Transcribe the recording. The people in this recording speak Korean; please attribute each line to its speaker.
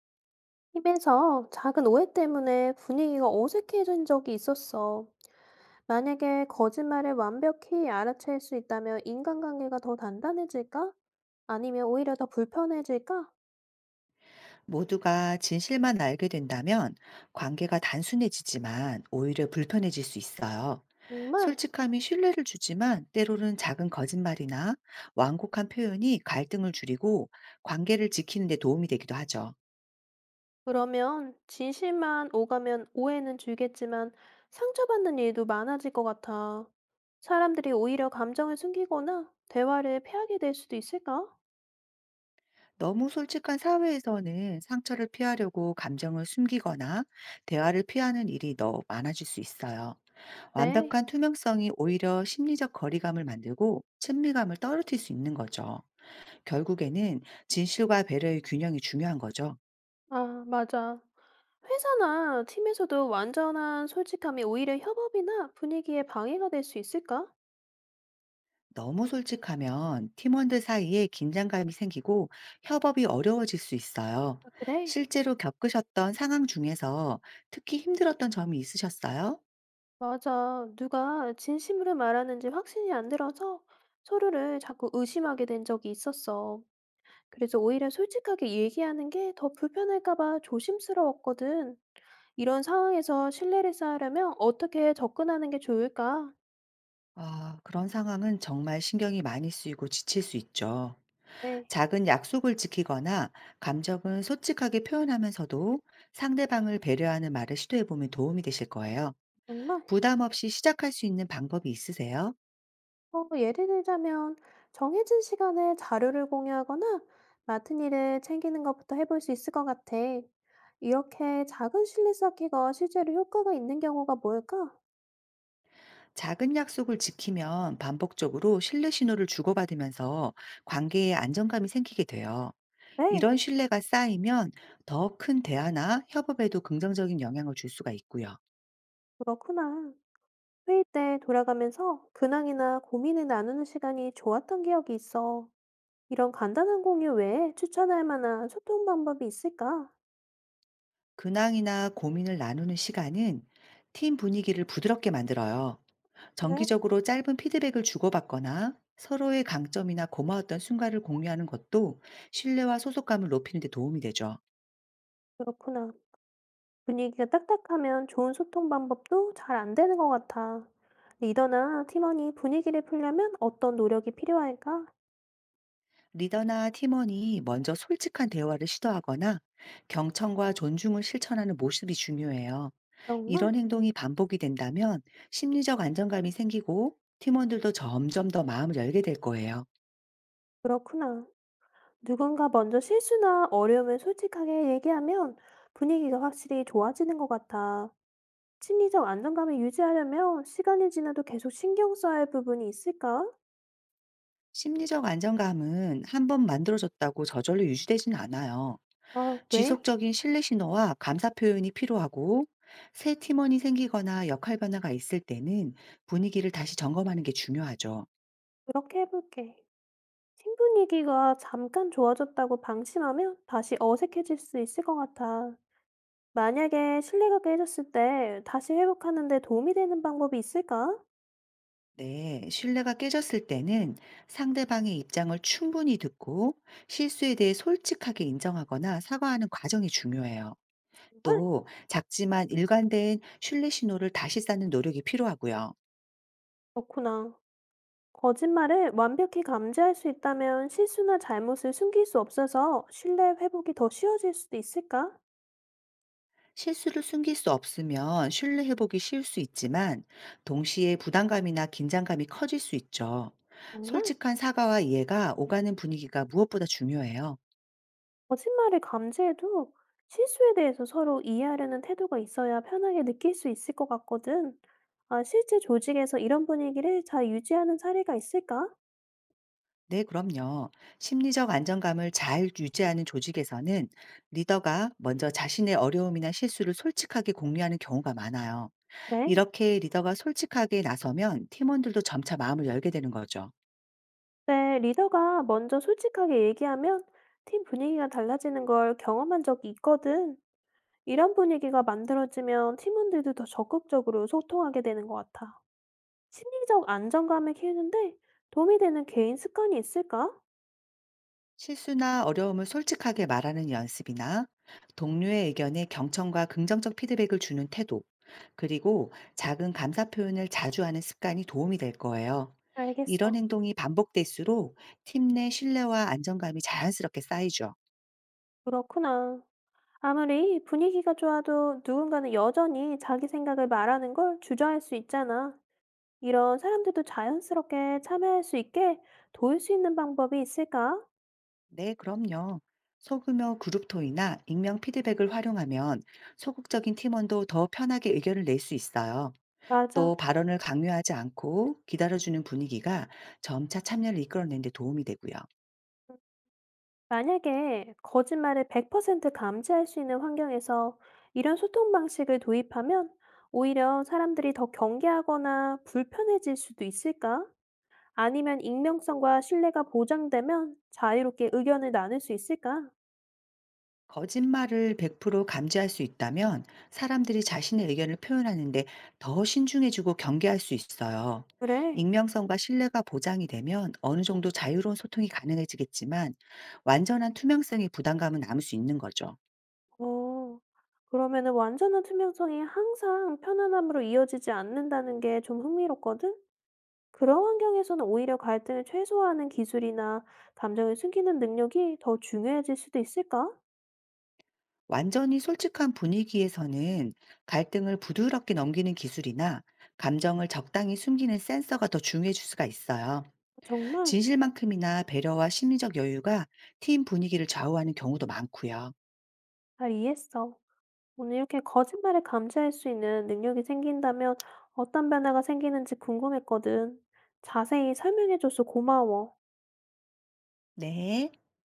Speaker 1: 팀에서 작은 오해 때문에 분위기가 어색해진 적이 있었어. 만약에 거짓말을 완벽히 알아챌 수 있다면 인간관계가 더 단단해질까? 아니면 오히려 더 불편해질까?
Speaker 2: 모두가 진실만 알게 된다면 관계가 단순해지지만 오히려 불편해질 수 있어요.
Speaker 1: 정말?
Speaker 2: 솔직함이 신뢰를 주지만 때로는 작은 거짓말이나 완곡한 표현이 갈등을 줄이고 관계를 지키는 데 도움이 되기도 하죠.
Speaker 1: 그러면 진실만 오가면 오해는 줄겠지만 상처받는 일도 많아질 것 같아. 사람들이 오히려 감정을 숨기거나 대화를 피하게 될 수도 있을까?
Speaker 2: 너무 솔직한 사회에서는 상처를 피하려고 감정을 숨기거나 대화를 피하는 일이 더 많아질 수 있어요.
Speaker 1: 네.
Speaker 2: 완벽한 투명성이 오히려 심리적 거리감을 만들고 친밀감을 떨어뜨릴 수 있는 거죠. 결국에는 진실과 배려의 균형이 중요한 거죠.
Speaker 1: 아, 맞아. 회사나 팀에서도 완전한 솔직함이 오히려 협업이나 분위기에 방해가 될 수 있을까?
Speaker 2: 너무 솔직하면 팀원들 사이에 긴장감이 생기고 협업이 어려워질 수 있어요.
Speaker 1: 아, 그래?
Speaker 2: 실제로 겪으셨던 상황 중에서 특히 힘들었던 점이 있으셨어요?
Speaker 1: 맞아. 누가 진심으로 말하는지 확신이 안 들어서 서로를 자꾸 의심하게 된 적이 있었어. 그래서 오히려 솔직하게 얘기하는 게 더 불편할까 봐 조심스러웠거든. 이런 상황에서 신뢰를 쌓으려면 어떻게 접근하는 게 좋을까?
Speaker 2: 아, 그런 상황은 정말 신경이 많이 쓰이고 지칠 수 있죠.
Speaker 1: 네,
Speaker 2: 작은 약속을 지키거나 감정은 솔직하게 표현하면서도 상대방을 배려하는 말을 시도해보면 도움이 되실 거예요.
Speaker 1: 정말.
Speaker 2: 부담 없이 시작할 수 있는 방법이 있으세요?
Speaker 1: 어, 예를 들자면 정해진 시간에 자료를 공유하거나 맡은 일을 챙기는 것부터 해볼 수 있을 것 같아. 이렇게 작은 실리 쌓기가 실제로 효과가 있는 경우가 뭘까?
Speaker 2: 작은 약속을 지키면 반복적으로 신뢰 신호를 주고받으면서 관계에 안정감이 생기게 돼요.
Speaker 1: 네,
Speaker 2: 이런 신뢰가 쌓이면 더 큰 대화나 협업에도 긍정적인 영향을 줄 수가 있고요.
Speaker 1: 그렇구나. 회의 때 돌아가면서 근황이나 고민을 나누는 시간이 좋았던 기억이 있어. 이런 간단한 공유 외에 추천할 만한 소통 방법이 있을까?
Speaker 2: 근황이나 고민을 나누는 시간은 팀 분위기를 부드럽게 만들어요.
Speaker 1: 그래,
Speaker 2: 정기적으로 짧은 피드백을 주고받거나 서로의 강점이나 고마웠던 순간을 공유하는 것도 신뢰와 소속감을 높이는 데 도움이 되죠.
Speaker 1: 그렇구나. 분위기가 딱딱하면 좋은 소통 방법도 잘 안 되는 것 같아. 리더나 팀원이 분위기를 풀려면 어떤 노력이 필요할까?
Speaker 2: 리더나 팀원이 먼저 솔직한 대화를 시도하거나 경청과 존중을 실천하는 모습이 중요해요.
Speaker 1: 정말?
Speaker 2: 이런 행동이 반복이 된다면 심리적 안정감이 생기고 팀원들도 점점 더 마음을 열게 될 거예요.
Speaker 1: 그렇구나. 누군가 먼저 실수나 어려움을 솔직하게 얘기하면 분위기가 확실히 좋아지는 것 같아. 심리적 안정감을 유지하려면 시간이 지나도 계속 신경 써야 할 부분이 있을까?
Speaker 2: 심리적 안정감은 한 번 만들어졌다고 저절로 유지되진 않아요.
Speaker 1: 아, 왜?
Speaker 2: 지속적인 신뢰 신호와 감사 표현이 필요하고, 새 팀원이 생기거나 역할 변화가 있을 때는 분위기를 다시 점검하는 게 중요하죠.
Speaker 1: 그렇게 해볼게. 팀 분위기가 잠깐 좋아졌다고 방심하면 다시 어색해질 수 있을 것 같아. 만약에 실내가 깨졌을 때 다시 회복하는데 도움이 되는 방법이 있을까?
Speaker 2: 네, 신뢰가 깨졌을 때는 상대방의 입장을 충분히 듣고 실수에 대해 솔직하게 인정하거나 사과하는 과정이 중요해요.
Speaker 1: 정말?
Speaker 2: 또 작지만 일관된 신뢰 신호를 다시 쌓는 노력이 필요하고요.
Speaker 1: 그렇구나. 거짓말을 완벽히 감지할 수 있다면 실수나 잘못을 숨길 수 없어서 신뢰 회복이 더 쉬워질 수도 있을까?
Speaker 2: 실수를 숨길 수 없으면 신뢰 회복이 쉬울 수 있지만, 동시에 부담감이나 긴장감이 커질 수 있죠.
Speaker 1: 정말?
Speaker 2: 솔직한 사과와 이해가 오가는 분위기가 무엇보다 중요해요.
Speaker 1: 거짓말을 감지해도 실수에 대해서 서로 이해하려는 태도가 있어야 편하게 느낄 수 있을 것 같거든. 아, 실제 조직에서 이런 분위기를 잘 유지하는 사례가 있을까?
Speaker 2: 네, 그럼요. 심리적 안정감을 잘 유지하는 조직에서는 리더가 먼저 자신의 어려움이나 실수를 솔직하게 공유하는 경우가 많아요.
Speaker 1: 네.
Speaker 2: 이렇게 리더가 솔직하게 나서면 팀원들도 점차 마음을 열게 되는 거죠.
Speaker 1: 네, 리더가 먼저 솔직하게 얘기하면 팀 분위기가 달라지는 걸 경험한 적이 있거든. 이런 분위기가 만들어지면 팀원들도 더 적극적으로 소통하게 되는 것 같아. 심리적 안정감을 키우는데 도움이 되는 개인 습관이 있을까?
Speaker 2: 실수나 어려움을 솔직하게 말하는 연습이나 동료의 의견에 경청과 긍정적 피드백을 주는 태도, 그리고 작은 감사 표현을 자주 하는 습관이 도움이 될 거예요.
Speaker 1: 알겠어.
Speaker 2: 이런 행동이 반복될수록 팀 내 신뢰와 안정감이 자연스럽게 쌓이죠.
Speaker 1: 그렇구나. 아무리 분위기가 좋아도 누군가는 여전히 자기 생각을 말하는 걸 주저할 수 있잖아. 이런 사람들도 자연스럽게 참여할 수 있게 도울 수 있는 방법이 있을까?
Speaker 2: 네, 그럼요. 소규모 그룹토이나 익명 피드백을 활용하면 소극적인 팀원도 더 편하게 의견을 낼 수 있어요.
Speaker 1: 맞아.
Speaker 2: 또 발언을 강요하지 않고 기다려주는 분위기가 점차 참여를 이끌어내는 데 도움이 되고요.
Speaker 1: 만약에 거짓말을 100% 감지할 수 있는 환경에서 이런 소통 방식을 도입하면 오히려 사람들이 더 경계하거나 불편해질 수도 있을까? 아니면 익명성과 신뢰가 보장되면 자유롭게 의견을 나눌 수 있을까?
Speaker 2: 거짓말을 100% 감지할 수 있다면 사람들이 자신의 의견을 표현하는데 더 신중해지고 경계할 수 있어요.
Speaker 1: 그래.
Speaker 2: 익명성과 신뢰가 보장이 되면 어느 정도 자유로운 소통이 가능해지겠지만, 완전한 투명성의 부담감은 남을 수 있는 거죠.
Speaker 1: 어. 그러면은 완전한 투명성이 항상 편안함으로 이어지지 않는다는 게 좀 흥미롭거든? 그런 환경에서는 오히려 갈등을 최소화하는 기술이나 감정을 숨기는 능력이 더 중요해질 수도 있을까?
Speaker 2: 완전히 솔직한 분위기에서는 갈등을 부드럽게 넘기는 기술이나 감정을 적당히 숨기는 센서가 더 중요해질 수가 있어요.
Speaker 1: 정말?
Speaker 2: 진실만큼이나 배려와 심리적 여유가 팀 분위기를 좌우하는 경우도 많고요.
Speaker 1: 잘 이해했어. 오늘 이렇게 거짓말을 감지할 수 있는 능력이 생긴다면 어떤 변화가 생기는지 궁금했거든. 자세히 설명해줘서 고마워.
Speaker 2: 네.